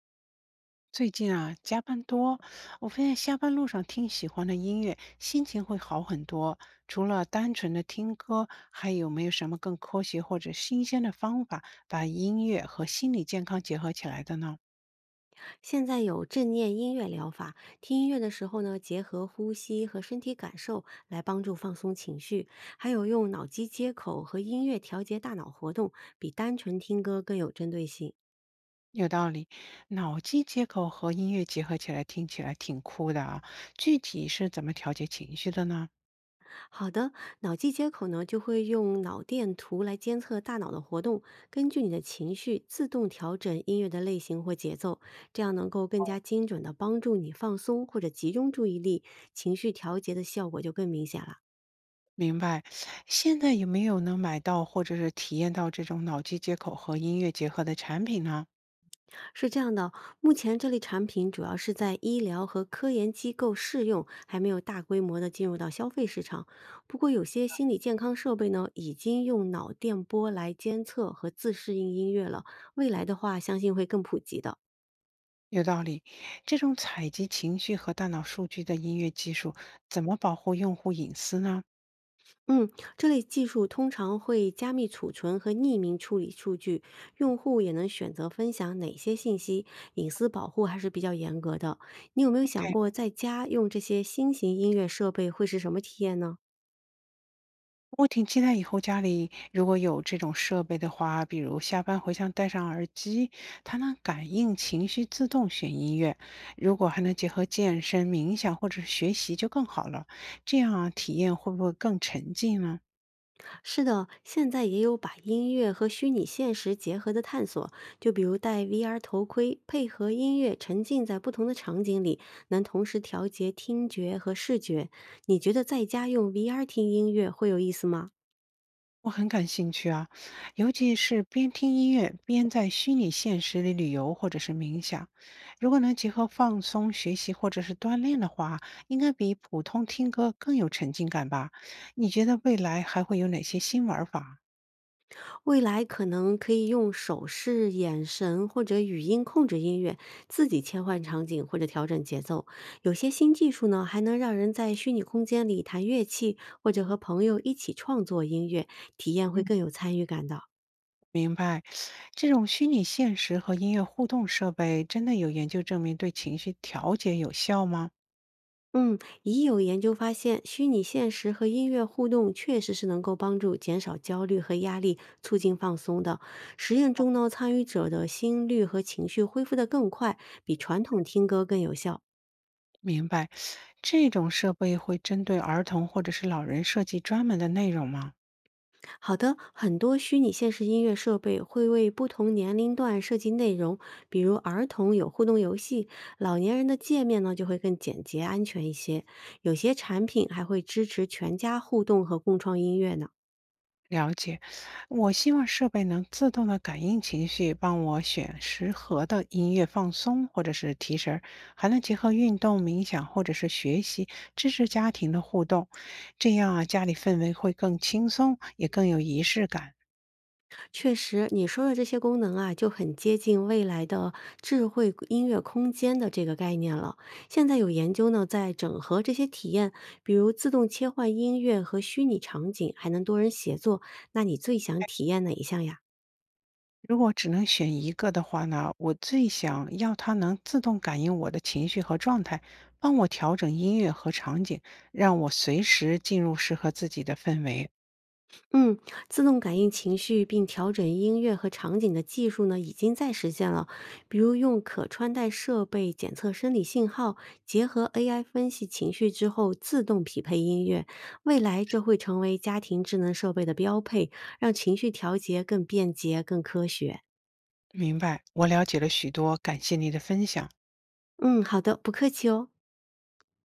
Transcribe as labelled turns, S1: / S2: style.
S1: 最近啊，加班多，我发现下班路上听喜欢的音乐，心情会好很多。除了单纯的听歌，还有没有什么更科学或者新鲜的方法，把音乐和心理健康结合起来的呢？
S2: 现在有正念音乐疗法，听音乐的时候呢，结合呼吸和身体感受来帮助放松情绪，还有用脑机接口和音乐调节大脑活动，比单纯听歌更有针对性。
S1: 有道理，脑机接口和音乐结合起来，听起来挺酷的啊。具体是怎么调节情绪的呢？
S2: 好的，脑机接口呢就会用脑电图来监测大脑的活动，根据你的情绪自动调整音乐的类型或节奏，这样能够更加精准的帮助你放松或者集中注意力，情绪调节的效果就更明显了。
S1: 明白。现在有没有能买到或者是体验到这种脑机接口和音乐结合的产品呢？
S2: 是这样的，目前这类产品主要是在医疗和科研机构试用，还没有大规模的进入到消费市场。不过，有些心理健康设备呢，已经用脑电波来监测和自适应音乐了。未来的话，相信会更普及的。
S1: 有道理，这种采集情绪和大脑数据的音乐技术，怎么保护用户隐私呢
S2: 嗯，这类技术通常会加密储存和匿名处理数据，用户也能选择分享哪些信息，隐私保护还是比较严格的。你有没有想
S1: ？OK，
S2: 过，在家用这些新型音乐设备会是什么体验呢？
S1: 我挺期待以后家里如果有这种设备的话，比如下班回家戴上耳机，它能感应情绪自动选音乐。如果还能结合健身、冥想或者是学习就更好了，这样啊，体验会不会更沉浸呢？
S2: 是的，现在也有把音乐和虚拟现实结合的探索，就比如戴 VR 头盔，配合音乐沉浸在不同的场景里，能同时调节听觉和视觉。你觉得在家用 VR 听音乐会有意思吗？
S1: 我很感兴趣啊，尤其是边听音乐边在虚拟现实里旅游或者是冥想。如果能结合放松、学习或者是锻炼的话，应该比普通听歌更有沉浸感吧？你觉得未来还会有哪些新玩法？
S2: 未来可能可以用手势、眼神或者语音控制音乐，自己切换场景或者调整节奏。有些新技术呢，还能让人在虚拟空间里弹乐器，或者和朋友一起创作音乐，体验会
S1: 嗯，
S2: 更有参与感的。
S1: 明白。这种虚拟现实和音乐互动设备，真的有研究证明对情绪调节有效吗？
S2: 嗯，已有研究发现，虚拟现实和音乐互动确实是能够帮助减少焦虑和压力，促进放松的。实验中呢，参与者的心率和情绪恢复得更快，比传统听歌更有效。
S1: 明白。这种设备会针对儿童或者是老人设计专门的内容吗？
S2: 好的，很多虚拟现实音乐设备会为不同年龄段设计内容，比如儿童有互动游戏，老年人的界面呢就会更简洁安全一些。有些产品还会支持全家互动和共创音乐呢。
S1: 了解，我希望设备能自动的感应情绪，帮我选适合的音乐放松或者是提神儿，还能结合运动、冥想或者是学习，支持家庭的互动。这样啊，家里氛围会更轻松，也更有仪式感。
S2: 确实，你说的这些功能啊，就很接近未来的智慧音乐空间的这个概念了。现在有研究呢，在整合这些体验，比如自动切换音乐和虚拟场景，还能多人协作。那你最想体验哪一项呀？
S1: 如果只能选一个的话呢，我最想要它能自动感应我的情绪和状态，帮我调整音乐和场景，让我随时进入适合自己的氛围。
S2: 嗯，自动感应情绪并调整音乐和场景的技术呢，已经在实现了。比如用可穿戴设备检测生理信号，结合 AI 分析情绪之后自动匹配音乐。未来这会成为家庭智能设备的标配，让情绪调节更便捷、更科学。
S1: 明白，我了解了许多，感谢你的分享。
S2: 嗯，好的，不客气哦。